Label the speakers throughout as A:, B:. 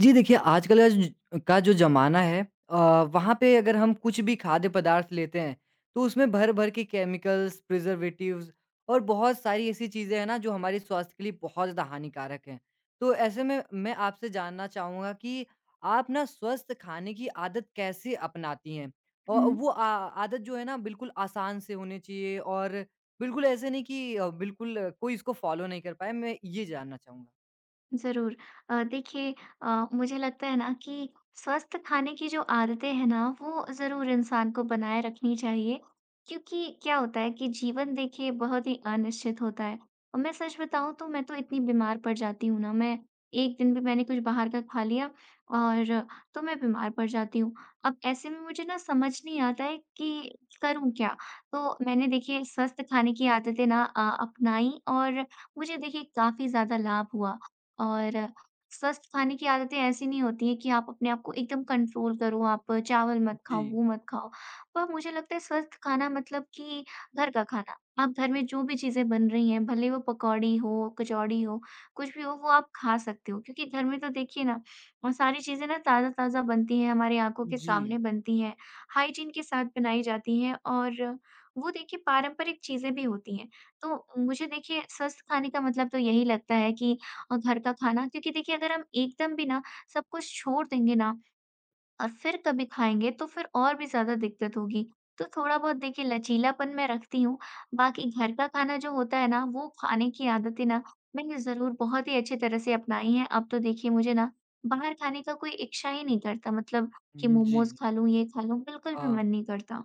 A: जी देखिए, आजकल का ज का जो ज़माना है अ, वहाँ पे अगर हम कुछ भी खाद्य पदार्थ लेते हैं, तो उसमें भर-भर के केमिकल्स, प्रिज़र्वेटिव्स और बहुत सारी ऐसी चीज़ें हैं ना, जो हमारे स्वास्थ्य के लिए बहुत ज़्यादा हानिकारक हैं। तो ऐसे में मैं आपसे जानना चाहूँगा कि आप ना स्वस्थ खाने की आदत कैसे अपनाती हैं? औ
B: हुँ,
A: वो आ आदत जो है ना, बिल्कुल आसान से होनी चाहिए और बिल्कुल ऐसे नहीं कि बिल्कुल कोई इसको फ़ॉलो नहीं कर पाए, मैं ये जानना चाहूँगा?
B: ज़रूर। देखिए मुझे लगता है ना कि स्वस्थ खाने की जो आदतें हैं ना, वो ज़रूर इंसान को बनाए रखनी चाहिए। क्योंकि क्या होता है कि जीवन देखिए बहुत ही अनिश्चित होता है, और मैं सच बताऊँ तो मैं तो इतनी बीमार पड़ जाती हूँ ना, मैं एक दिन भी मैंने कुछ बाहर का खा लिया और तो मैं बीमार पड़ जाती हूँ। अब ऐसे में मुझे ना समझ नहीं आता है कि करूँ क्या? तो मैंने देखिए स्वस्थ खाने की आदतें ना अपनाई, और मुझे देखिए काफ़ी ज़्यादा लाभ हुआ। और स्वस्थ खाने की आदतें ऐसी नहीं होती हैं कि आप अपने आप को एकदम कंट्रोल करो, आप चावल मत खाओ,
A: जी।
B: वो मत खाओ। पर मुझे लगता है स्वस्थ खाना मतलब कि घर का खाना। आप घर में जो भी चीज़ें बन रही हैं, भले वो पकौड़ी हो, कचौड़ी हो, कुछ भी हो, वो आप खा सकते हो। क्योंकि घर में तो देखिए ना वो सारी चीज़ें ना ताज़ा-ताज़ा बनती हैं, हमारी आँखों के
A: जी।
B: सामने बनती हैं, हाइजीन के साथ बनाई जाती हैं, और वो देखिए पारंपरिक चीज़ें भी होती हैं। तो मुझे देखिए स्वस्थ खाने का मतलब तो यही लगता है कि और घर का खाना, क्योंकि देखिए अगर हम एकदम भी ना सब कुछ छोड़ देंगे ना और फिर कभी खाएँगे तो फिर और भी ज़्यादा दिक्कत होगी। तो थोड़ा बहुत देखिए लचीलापन मैं रखती हूँ, बाकी घर का खाना जो होता है ना वो खाने की आदतें ना मैंने ज़रूर बहुत ही अच्छी तरह से अपनाई हैं। अब तो देखिए मुझे ना बाहर खाने का कोई इच्छा ही नहीं करता, मतलब कि
A: हुँ, जी।
B: मोमोज़ खा लूँ, ये खा लूँ, बिल्कुल भी
A: हाँ,
B: मन नहीं करता।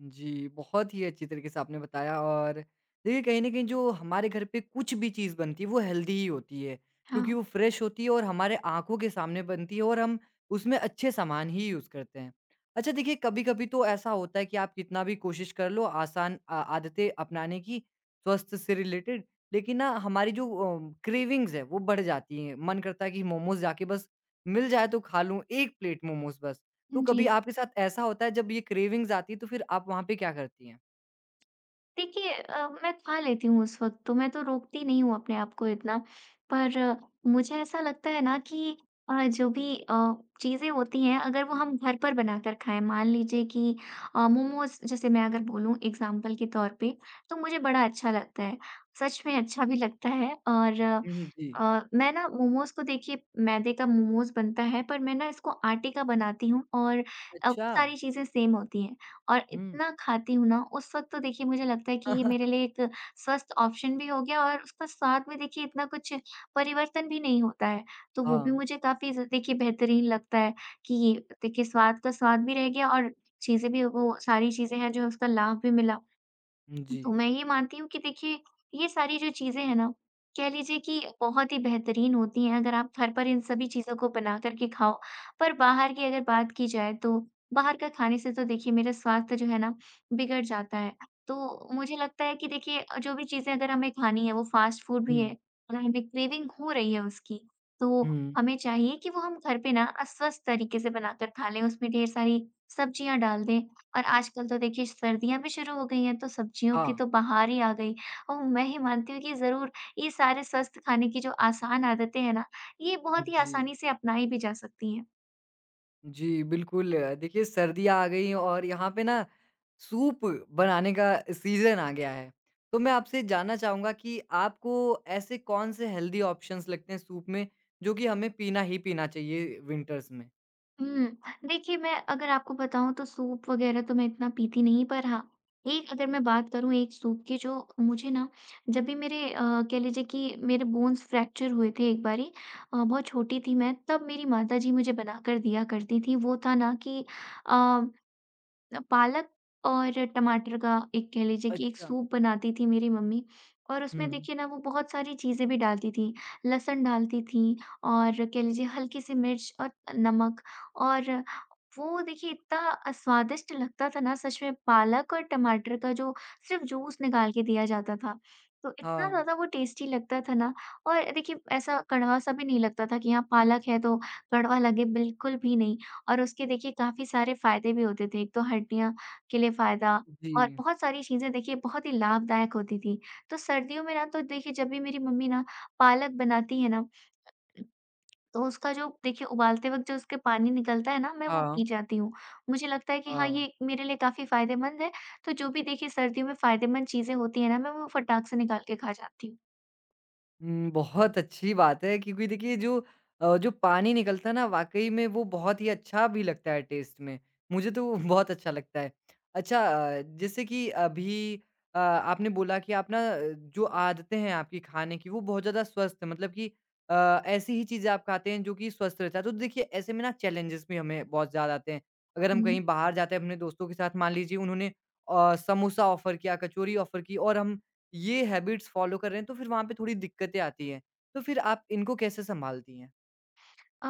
A: जी, बहुत ही अच्छी तरीके से आपने बताया और देखिए कहीं न कहीं जो हमारे घर पे कुछ भी चीज़ बनती है वो हेल्दी ही होती है,
B: हाँ,
A: क्योंकि वो फ्रेश होती है और हमारे आँखों के सामने बनती है और हम उसमें अच्छे सामान ही यूज़ करते हैं। अच्छा देखिए कभी-कभी तो ऐसा होता है कि आप कितना भी कोशिश कर लो आसान आदतें अपनाने की स्वास्थ्य से रिलेटेड, लेकिन ना हमारी जो क्रेविंग्स है वो बढ़ जाती हैं। मन करता है कि मोमोज़ जाके बस मिल जाए तो खा लूँ, 1 प्लेट मोमोज़ बस। तो
B: जी।
A: कभी आपके साथ ऐसा होता है जब ये क्रेविंग्स आती है तो फिर आप वहाँ पे क्या करती हैं?
B: देखिए मैं खा लेती हूँ उस वक़्त तो, मैं तो रोकती नहीं हूँ अपने आप को इतना। पर मुझे ऐसा लगता है ना कि जो भी चीज़ें होती हैं अगर वो हम घर पर बनाकर खाएँ, मान लीजिए कि मोमोज़ जैसे मैं अगर बोलूँ एग्ज़ाम्पल के तौर पे, तो मुझे बड़ा अच्छा लगता है। सच में अच्छा भी लगता है, और
A: हुँ, जी।
B: मैं ना मोमोज़ को देखिए मैदे का मोमोज़ बनता है, पर मैं ना इसको आटे का बनाती हूँ, और अब
A: अच्छा।
B: सारी चीज़ें सेम होती हैं। और
A: हुँ।
B: इतना खाती हूँ ना, उस वक़्त तो देखिए मुझे लगता है कि ये मेरे लिए एक स्वस्थ ऑप्शन भी हो गया, और उसका स्वाद में देखिए इतना कुछ परिवर्तन भी नहीं होता है। तो वो भी
A: हाँ।
B: मुझे काफ़ी ज़ देखिए बेहतरीन लगता है कि ये देखिए स्वाद का स्वाद भी रह गया, और चीज़ें भी वो सारी चीज़ें हैं जो उसका लाभ भी मिला।
A: जी।
B: तो मैं ये मानती हूँ कि देखिए, ये सारी जो चीज़ें हैं ना, कह लीजिए कि बहुत ही बेहतरीन होती हैं, अगर आप घर पर इन सभी चीज़ों को बना कर के खाओ। पर बाहर की अगर बात की जाए, तो बाहर का खाने से तो देखिए मेरा स्वास्थ्य जो है ना, बिगड़ जाता है। तो मुझे लगता है कि देखिए जो भी चीज़ें अगर हमें खानी है, वो फ़ास्ट फ़ूड भी
A: हुँ,
B: है, और हमें क्रेविंग हो रही है उसकी, तो
A: हुँ।
B: हमें चाहिए कि वो हम घर पे ना स्वस्थ तरीके से बनाकर खा लें। उसमें ढेर सारी सब्जियाँ डाल दें, और आजकल तो देखिए सर्दियाँ भी शुरू हो गई हैं, तो सब्जियों की
A: हाँ।
B: तो बहार ही आ गई। और मैं ये मानती हूँ कि ज़रूर ये सारे स्वस्थ खाने की जो आसान आदतें हैं ना, ये बहुत ही
A: जी।
B: आसानी से अपनाई भी जा सकती हैं।
A: जी, बिल्कुल देखिए सर्दियाँ आ गई हैं और यहाँ पे ना सूप बनाने का सीज़न आ गया है। तो मैं आपसे जानना चाहूँगा कि आपको ऐसे कौन से हेल्दी ऑप्शंस लगते हैं सूप में जो कि हमें पीना ही पीना चाहिए विंटर्स में?
B: हुँ, देखिए मैं अगर आपको बताऊँ तो सूप वग़ैरह तो मैं इतना पीती नहीं, पर हाँ, एक अगर मैं बात करूँ एक सूप की जो मुझे ना जब भी मेरे कह लीजिए कि मेरे बोन्स फ्रैक्चर हुए थे एक बारी, बहुत छोटी थी मैं, तब मेरी माताजी मुझे बनाकर दिया करती थीं। वो था ना कि अ, पालक और टमाटर का एक, कह लीजिए कि एक
A: अच्छा।
B: सूप बनाती थी मेरी मम्मी, और उसमें
A: हुँ।
B: देखिए ना वो बहुत सारी चीज़ें भी डालती थी। लहसुन डालती थी, और कह लीजिए हल्की सी मिर्च, और नमक, और वो देखिए इतना स्वादिष्ट लगता था ना, सच में पालक और टमाटर का जो सिर्फ़ जूस निकाल के दिया जाता था। तो इतना
A: हाँ।
B: ज़्यादा वो टेस्टी लगता था ना, और देखिए ऐसा कड़वा-सा भी नहीं लगता था कि हाँ, पालक है तो कड़वा लगे, बिल्कुल भी नहीं। और उसके देखिए काफ़ी सारे फ़ायदे भी होते थे। एक तो हड्डियाँ के लिए फ़ायदा, और
A: जी।
B: बहुत सारी चीज़ें देखिए बहुत ही लाभदायक होती थी। तो सर्दियों में ना तो देखिए जब भी मेरी मम्मी ना पालक बनाती है ना, तो उसका जो देखिए उबालते वक़्त जो उसके पानी निकलता है ना, मैं वो
A: हाँ,
B: पी जाती हूँ। मुझे लगता है कि हाँ,
A: हाँ।
B: ये मेरे लिए काफ़ी फ़ायदेमंद है। तो जो भी देखिए सर्दियों में फ़ायदेमंद चीज़ें होती हैं ना, मैं वो फटाक से निकाल के खा जाती
A: हुँ, बहुत अच्छी बात है क्योंकि देखिए जो जो पानी निकलता है ना वाक़ई में वो बहुत ही अच्छा भी लगता है टेस्ट में। मुझे तो वो बहुत अच्छा लगता है। अच्छा जैसे कि अभी आपने बोला कि आप ना जो आदतें हैं आपकी खाने की वो बहुत ज़्यादा स्वस्थ है मतलब कि ऐसी ही चीज़ें आप खाते हैं जो कि स्वस्थ रहता है। तो देखिए ऐसे में ना चैलेंजेस भी हमें बहुत ज़्यादा आते हैं। अगर हम कहीं
B: हूँ।
A: बाहर जाते हैं अपने दोस्तों के साथ मान लीजिए उन्होंने समोसा ऑफ़र किया, कचौरी ऑफ़र की और हम ये हैबिट्स फ़ॉलो कर रहे हैं, तो फिर वहाँ पे थोड़ी दिक्कतें आती हैं। तो फिर आप इनको कैसे सँभालती हैं?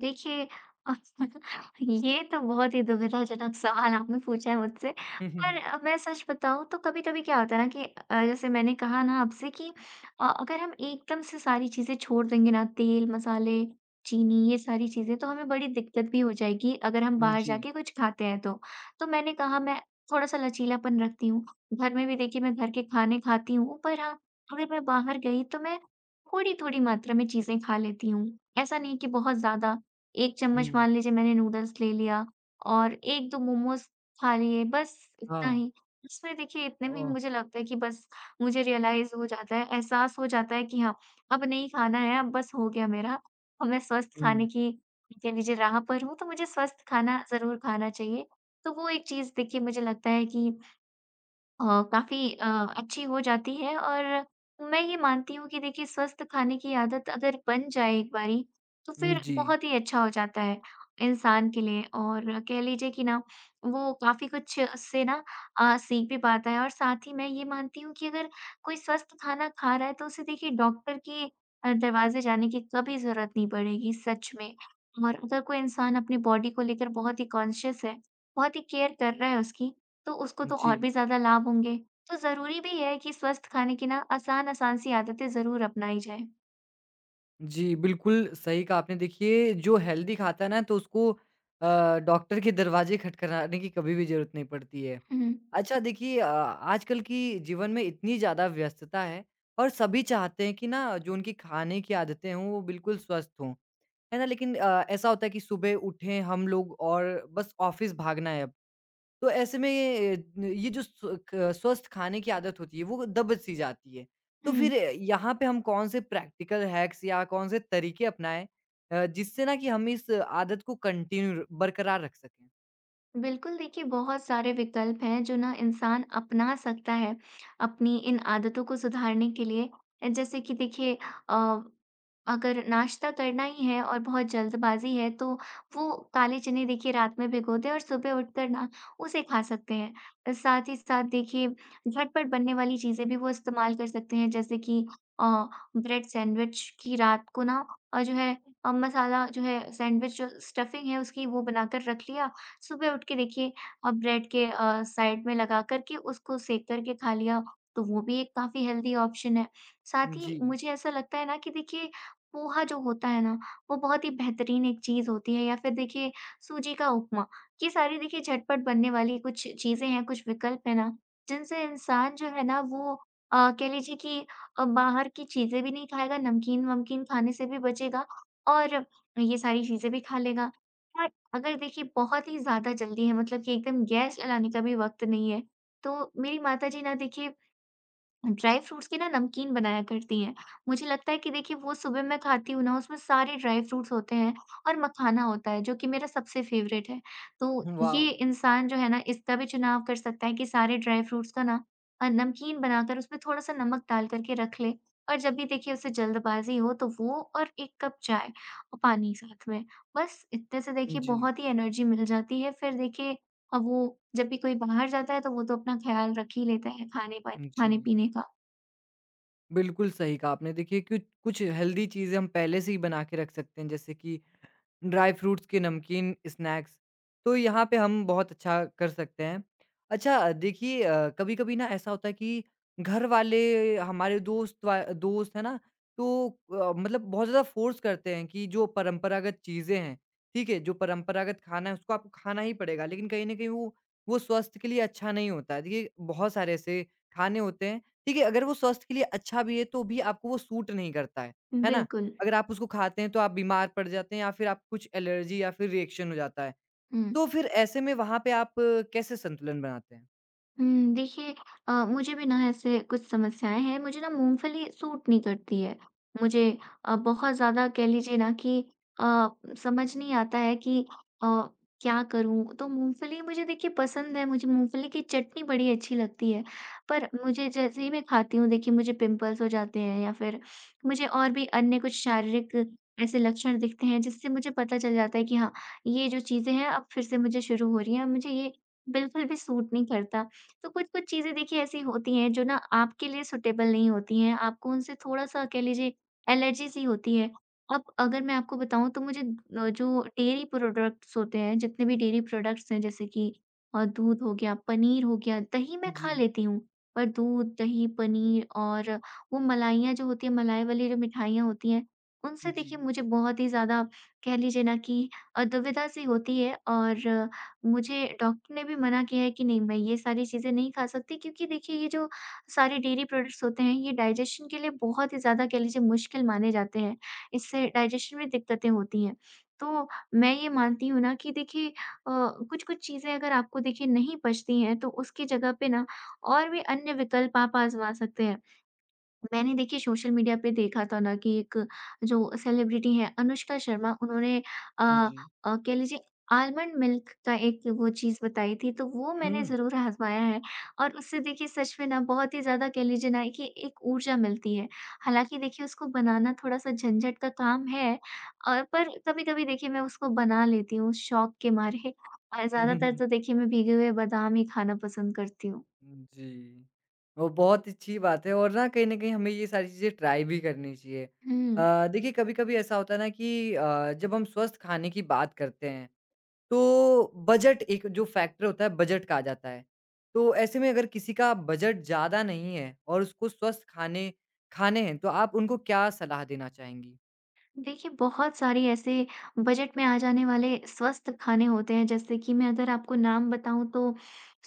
B: देखिए ये तो बहुत ही दुविधाजनक सवाल आपने पूछा है मुझसे।
A: हुँ, हुँ,
B: पर
A: हुँ।
B: मैं सच बताऊँ तो कभी-कभी क्या होता है ना कि जैसे मैंने कहा ना आपसे कि अगर हम एकदम से सारी चीज़ें छोड़ देंगे ना, तेल, मसाले, चीनी, ये सारी चीज़ें, तो हमें बड़ी दिक्कत भी हो जाएगी अगर हम
A: हुँ,
B: बाहर
A: जी।
B: जाके कुछ खाते हैं तो। तो मैंने कहा मैं थोड़ा-सा लचीलापन रखती हूँ। घर में भी देखिए मैं घर के खाने खाती हूँ, पर हाँ, अगर मैं बाहर गई तो मैं थोड़ी-थोड़ी मात्रा में चीज़ें खा लेती हूँ। ऐसा नहीं कि बहुत ज़्यादा, 1 चम्मच
A: हुँ,
B: मान लीजिए मैंने नूडल्स ले लिया और 1-2 मोमोज़ खा लिए, बस इतना
A: हाँ।
B: ही। इसमें देखिए इतने में ही
A: ओह!
B: मुझे लगता है कि बस मुझे रियलाइज़ हो जाता है, एहसास हो जाता है कि हाँ, अब नहीं खाना है, अब बस हो गया मेरा। अब मैं स्वस्थ
A: हुँ,
B: खाने की कह लीजिए राह पर हूँ, तो मुझे स्वस्थ खाना ज़रूर खाना चाहिए। तो वो एक चीज़ देखिए मुझे लगता है कि अ, काफ़ी अच्छी हो जाती है, और मैं ये मानती हूँ कि देखिए स्वस्थ खाने की आदत अगर बन जाए एक बारी, तो
A: हुँ,
B: फिर
A: जी,
B: बहुत ही अच्छा हो जाता है इंसान के लिए, और कह लीजिए कि ना वो काफ़ी कुछ उससे ना सीख भी पाता है, और साथ ही मैं ये मानती हूँ कि अगर कोई स्वस्थ खाना खा रहा है, तो उसे देखिए डॉक्टर के दरवाज़े जाने की कभी ज़रूरत नहीं पड़ेगी सच में। और अगर कोई इंसान अपनी बॉडी को लेकर बहुत ही कॉन्शियस है, बहुत ही केयर कर रहा है उसकी, तो उसको तो
A: जी।
B: और भी ज़्यादा लाभ होंगे। तो ज़रूरी भी है कि स्वस्थ खाने की ना आसान-आसान सी आदतें ज़रूर अपनाई जाएँ।
A: जी, बिल्कुल सही कहा आपने। देखिए, जो हेल्दी खाता है ना, तो उसको डॉक्टर के दरवाज़े खटखटाने की कभी भी ज़रूरत नहीं पड़ती है।
B: हुँ,
A: अच्छा देखिए आजकल की जीवन में इतनी ज़्यादा व्यस्तता है और सभी चाहते हैं कि ना, जो उनकी खाने की आदतें हों, वो बिल्कुल स्वस्थ हों। है ना? लेकिन ऐसा होता है कि सुबह उठे हम लोग और बस ऑफ़िस भागना है अब। तो ऐसे में ये न ये जो स्वस्थ खाने की आदत होती है वो दब-सी जाती है। तो फिर
B: हुँ।
A: यहाँ पे हम कौन से प्रैक्टिकल हैक्स या कौन से तरीके अपनाएँ जिससे ना कि हम इस आदत को कंटिन्यू बरकरार रख सकें?
B: बिल्कुल, देखिए बहुत सारे विकल्प हैं जो ना इंसान अपना सकता है अपनी इन आदतों को सुधारने के लिए, जैसे कि देखिए अ, अगर नाश्ता करना ही है और बहुत जल्दबाजी है, तो वो काले चने देखिए रात में भिगो दें और सुबह उठकर ना उसे खा सकते हैं। साथ ही साथ देखिए झटपट बनने वाली चीजें भी वो इस्तेमाल कर सकते हैं, जैसे कि अ, ब्रेड सैंडविच की रात को ना और जो है मसाला जो है सैंडविच जो स्टफिंग है उसकी, वो बनाकर रख लिया, सुबह उठ के देखिए ब्रेड के साइड में लगा कर के उसको सेंक कर के खा लिया, तो वो भी एक काफ़ी हेल्दी ऑप्शन है। साथ
A: जी।
B: ही मुझे ऐसा लगता है ना कि देखिए पोहा जो होता है ना, वो बहुत ही बेहतरीन एक चीज़ होती है, या फिर देखिए सूजी का उपमा। ये सारी देखिए झटपट बनने वाली कुछ चीज़ें हैं, कुछ विकल्प हैं ना, जिनसे इंसान जो है ना वो कह लीजिए कि बाहर की चीज़ें भी नहीं खाएगा, नमकीन-वमकीन खाने से भी बचेगा, और ये सारी चीज़ें भी खा लेगा। हाँ, अगर देखिए बहुत ही ज़्यादा जल्दी है, मतलब कि एकदम गैस जलाने का भी वक़्त नहीं है, तो मेरी माताजी ना देखिए ड्राई फ्रूट्स के ना नमकीन बनाया करती हैं। मुझे लगता है कि देखिए वो सुबह मैं खाती हूँ ना, उसमें सारे ड्राई फ्रूट्स होते हैं और मखाना होता है जो कि मेरा सबसे फ़ेवरेट है। तो ये
A: वाओ!
B: इंसान जो है ना इसका भी चुनाव कर सकता है कि सारे ड्राई फ्रूट्स का ना नमकीन बनाकर उसमें थोड़ा-सा नमक डाल कर के रख ले, और जब भी देखिए उसे जल्दबाज़ी हो तो वो, और 1 कप चाय, और पानी साथ में। बस इतने से देखिए
A: जी,
B: बहुत ही एनर्जी मिल जाती है। फिर देखिए अब वो जब भी कोई बाहर जाता है तो वो तो अपना ख़्याल रख ही लेता है
A: जी।
B: खाने-पीने का।
A: बिल्कुल सही कहा आपने। देखिए कुछ कुछ हेल्दी चीज़ें हम पहले से ही बना के रख सकते हैं जैसे कि ड्राई फ्रूट्स के नमकीन स्नैक्स, तो यहाँ पे हम बहुत अच्छा कर सकते हैं। अच्छा देखिए कभी-कभी ना ऐसा होता है कि घर वाले हमारे दोस्त है ना, तो मतलब बहुत ज़्यादा फ़ोर्स करते हैं कि जो परंपरागत चीज़ें हैं, ठीक है? जो परंपरागत खाना है उसको आपको खाना ही पड़ेगा, लेकिन कहीं न कहीं वो स्वास्थ्य के लिए अच्छा नहीं होता है। देखिए बहुत सारे ऐसे खाने होते हैं, ठीक है? अगर वो स्वास्थ्य के लिए अच्छा भी है तो भी आपको वो सूट नहीं करता है ना?
B: बिल्कुल।
A: अगर आप उसको खाते हैं तो आप बीमार पड़ जाते हैं या फिर आप कुछ एलर्जी या फिर रिएक्शन हो जाता है।
B: हुँ।
A: तो फिर ऐसे में वहाँ पे आप कैसे संतुलन बनाते हैं?
B: हुँ, देखिए मुझे भी ना ऐसे कुछ समस्याएँ हैं, मुझे ना मूँगफली सूट नहीं करती है। मुझे बहुत ज़्यादा कह लीजिए ना कि अ, समझ नहीं आता है कि अ, क्या करूँ? तो मूँगफली मुझे देखिए पसंद है, मुझे मूँगफली की चटनी बड़ी अच्छी लगती है, पर मुझे जैसे ही मैं खाती हूँ देखिए मुझे पिंपल्स हो जाते हैं या फिर मुझे और भी अन्य कुछ शारीरिक ऐसे लक्षण दिखते हैं, जिससे मुझे पता चल जाता है कि हाँ, ये जो चीज़ें हैं अब फिर से मुझे शुरू हो रही हैं, मुझे ये बिल्कुल भी सूट नहीं करता। तो कुछ-कुछ चीज़ें देखिए ऐसी होती हैं जो ना आपके लिए सूटेबल नहीं होती हैं, आपको उनसे थोड़ा-सा कह लीजिए एलर्जी सी होती है। अब अगर मैं आपको बताऊँ तो मुझे जो डेयरी प्रोडक्ट्स होते हैं, जितने भी डेयरी प्रोडक्ट्स हैं जैसे कि दूध हो गया, पनीर हो गया, दही मैं
A: जी,
B: खा लेती हूँ, पर दूध, दही, पनीर और वो मलाइयाँ जो होती हैं, मलाई वाली जो मिठाइयाँ होती हैं, उनसे देखिए
A: जी,
B: मुझे बहुत ही ज़्यादा कह लीजिए ना कि दुविधा सी होती है और मुझे डॉक्टर ने भी मना किया है कि नहीं, मैं ये सारी चीज़ें नहीं खा सकती क्योंकि देखिए ये जो सारे डेयरी प्रोडक्ट्स होते हैं ये डाइजेशन के लिए बहुत ही ज़्यादा कह लीजिए मुश्किल माने जाते हैं। इससे डाइजेशन में दिक्कतें होती हैं। तो मैं ये मानती हूँ ना कि देखिए कुछ-कुछ चीज़ें अगर आपको देखिए नहीं पचती हैं तो उसकी जगह पे ना और भी अन्य विकल्प आप आज़मा सकते हैं। मैंने देखिए सोशल मीडिया पे देखा था ना कि एक जो सेलिब्रिटी है अनुष्का शर्मा, उन्होंने अ
A: जी।
B: कह लीजिए आलमंड मिल्क का एक वो चीज़ बताई थी, तो वो मैंने
A: हुँ।
B: ज़रूर आज़माया है और उससे देखिए सच में ना बहुत ही ज़्यादा कह लीजिए ना कि एक ऊर्जा मिलती है। हालाँकि देखिए उसको बनाना थोड़ा-सा झंझट का काम है और पर कभी-कभी देखिए मैं उसको बना लेती हूँ शौक के मारे, और ज़्यादातर तो देखिए मैं भीगे हुए बादाम ही खाना पसंद करती हूँ।
A: जी। वो बहुत अच्छी बात है और ना कहीं न कहीं हमें ये सारी चीज़ें ट्राई भी करनी चाहिए।
B: हुँ।
A: देखिए कभी-कभी ऐसा होता है ना कि जब हम स्वस्थ खाने की बात करते हैं तो बजट एक जो फैक्टर होता है बजट का आ जाता है। तो ऐसे में अगर किसी का बजट ज़्यादा नहीं है और उसको स्वस्थ खाने खाने हैं तो आप उनको क्या सलाह देना चाहेंगी?
B: देखिए, बहुत सारे ऐसे बजट में आ जाने वाले स्वस्थ खाने होते हैं, जैसे कि मैं अगर आपको नाम बताऊँ तो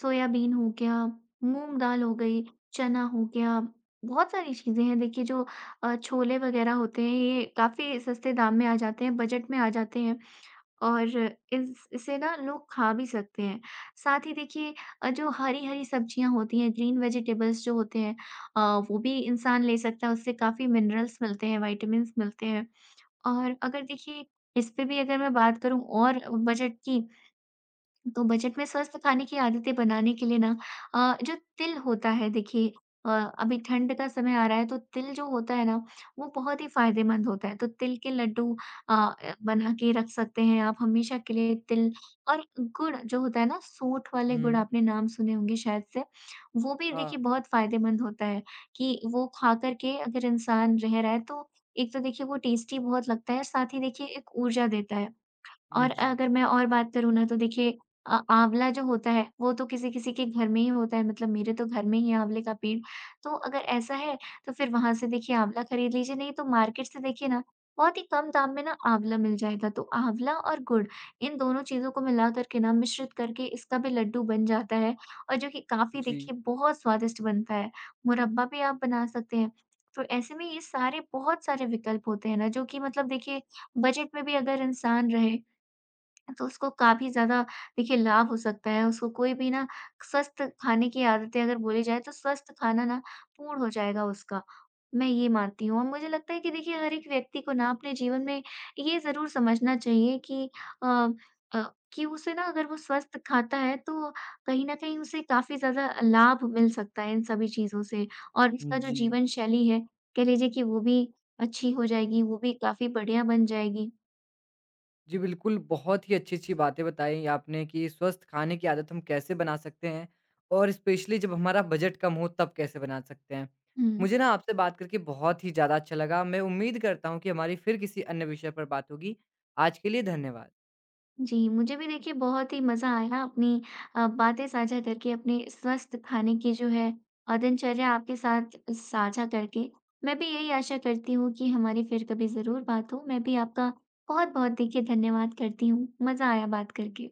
B: सोयाबीन हो गया, मूँग दाल हो गई, चना हो गया, बहुत सारी चीज़ें हैं देखिए जो छोले वगैरह होते हैं, ये काफ़ी सस्ते दाम में आ जाते हैं, बजट में आ जाते हैं और इस इसे ना लोग खा भी सकते हैं। साथ ही देखिए जो हरी-हरी सब्जियाँ होती हैं, ग्रीन वेजिटेबल्स जो होते हैं अ, वो भी इंसान ले सकता है, उससे काफ़ी मिनरल्स मिलते हैं, विटामिन्स मिलते हैं। और अगर देखिए इस पे भी अगर मैं बात करूँ और बजट की, तो बजट में स्वस्थ खाने की आदतें बनाने के लिए ना जो तिल होता है देखिए, अ, अभी ठंड का समय आ रहा है तो तिल जो होता है ना वो बहुत ही फायदेमंद होता है। तो तिल के लड्डू बना के रख सकते हैं आप हमेशा के लिए, तिल और गुड़ जो होता है ना, सोंठ वाले गुड़
A: हुँ,
B: आपने नाम सुने होंगे शायद से, वो भी देखिए
A: हाँ।
B: बहुत फायदेमंद होता है कि वो खा कर के अगर इंसान रह रहा है तो एक तो देखिए वो टेस्टी बहुत लगता है, साथ ही देखिए एक ऊर्जा देता है। और
A: जी,
B: अगर मैं और बात करूँ ना तो देखिए आँवला जो होता है वो तो किसी-किसी के घर में ही होता है, मतलब मेरे तो घर में ही है आँवले का पेड़। तो अगर ऐसा है तो फिर वहाँ से देखिए आँवला खरीद लीजिए, नहीं तो मार्केट से देखिए ना बहुत ही कम दाम में ना आँवला मिल जाएगा। तो आँवला और गुड़, इन दोनों चीज़ों को मिला कर के ना मिश्रित करके इसका भी लड्डू बन जाता है और जो कि काफ़ी
A: जी,
B: देखिए बहुत स्वादिष्ट बनता है। मुरब्बा भी आप बना सकते हैं। तो ऐसे में ये सारे बहुत सारे विकल्प होते हैं ना, जो कि मतलब देखिए बजट में भी अगर इंसान रहे तो उसको काफ़ी ज़्यादा देखिए लाभ हो सकता है। उसको कोई भी ना स्वस्थ खाने की आदतें अगर बोली जाए तो स्वस्थ खाना ना पूर्ण हो जाएगा उसका। मैं ये मानती हूँ और मुझे लगता है कि देखिए हर एक व्यक्ति को ना अपने जीवन में ये ज़रूर समझना चाहिए कि अ अ, कि उसे ना, अगर वो स्वस्थ खाता है तो कहीं न कहीं उसे काफ़ी ज़्यादा लाभ मिल सकता है इन सभी चीज़ों से और उसका जो
A: जी।
B: जीवन शैली है, कह लीजिए कि वो भी अच्छी हो जाएगी, वो भी काफ़ी बढ़िया बन जाएगी।
A: जी, बिल्कुल बहुत ही अच्छी-अच्छी बातें बताई आपने कि स्वस्थ खाने की आदत हम कैसे बना सकते हैं और स्पेशली जब हमारा बजट कम हो तब कैसे बना सकते हैं।
B: हुँ।
A: मुझे ना आपसे बात करके बहुत ही ज़्यादा अच्छा लगा। मैं उम्मीद करता हूँ कि हमारी फिर किसी अन्य विषय पर बात होगी। आज के लिए धन्यवाद।
B: जी, मुझे भी देखिए बहुत ही मज़ा आया अपनी बातें साझा करके, अपने स्वस्थ खाने की जो है दिनचर्या आपके साथ साझा करके। मैं भी यही आशा करती हूँ कि हमारी फिर कभी ज़रूर बात हो। मैं भी आपका बहुत-बहुत देखिए धन्यवाद करती हूँ। मज़ा आया बात करके।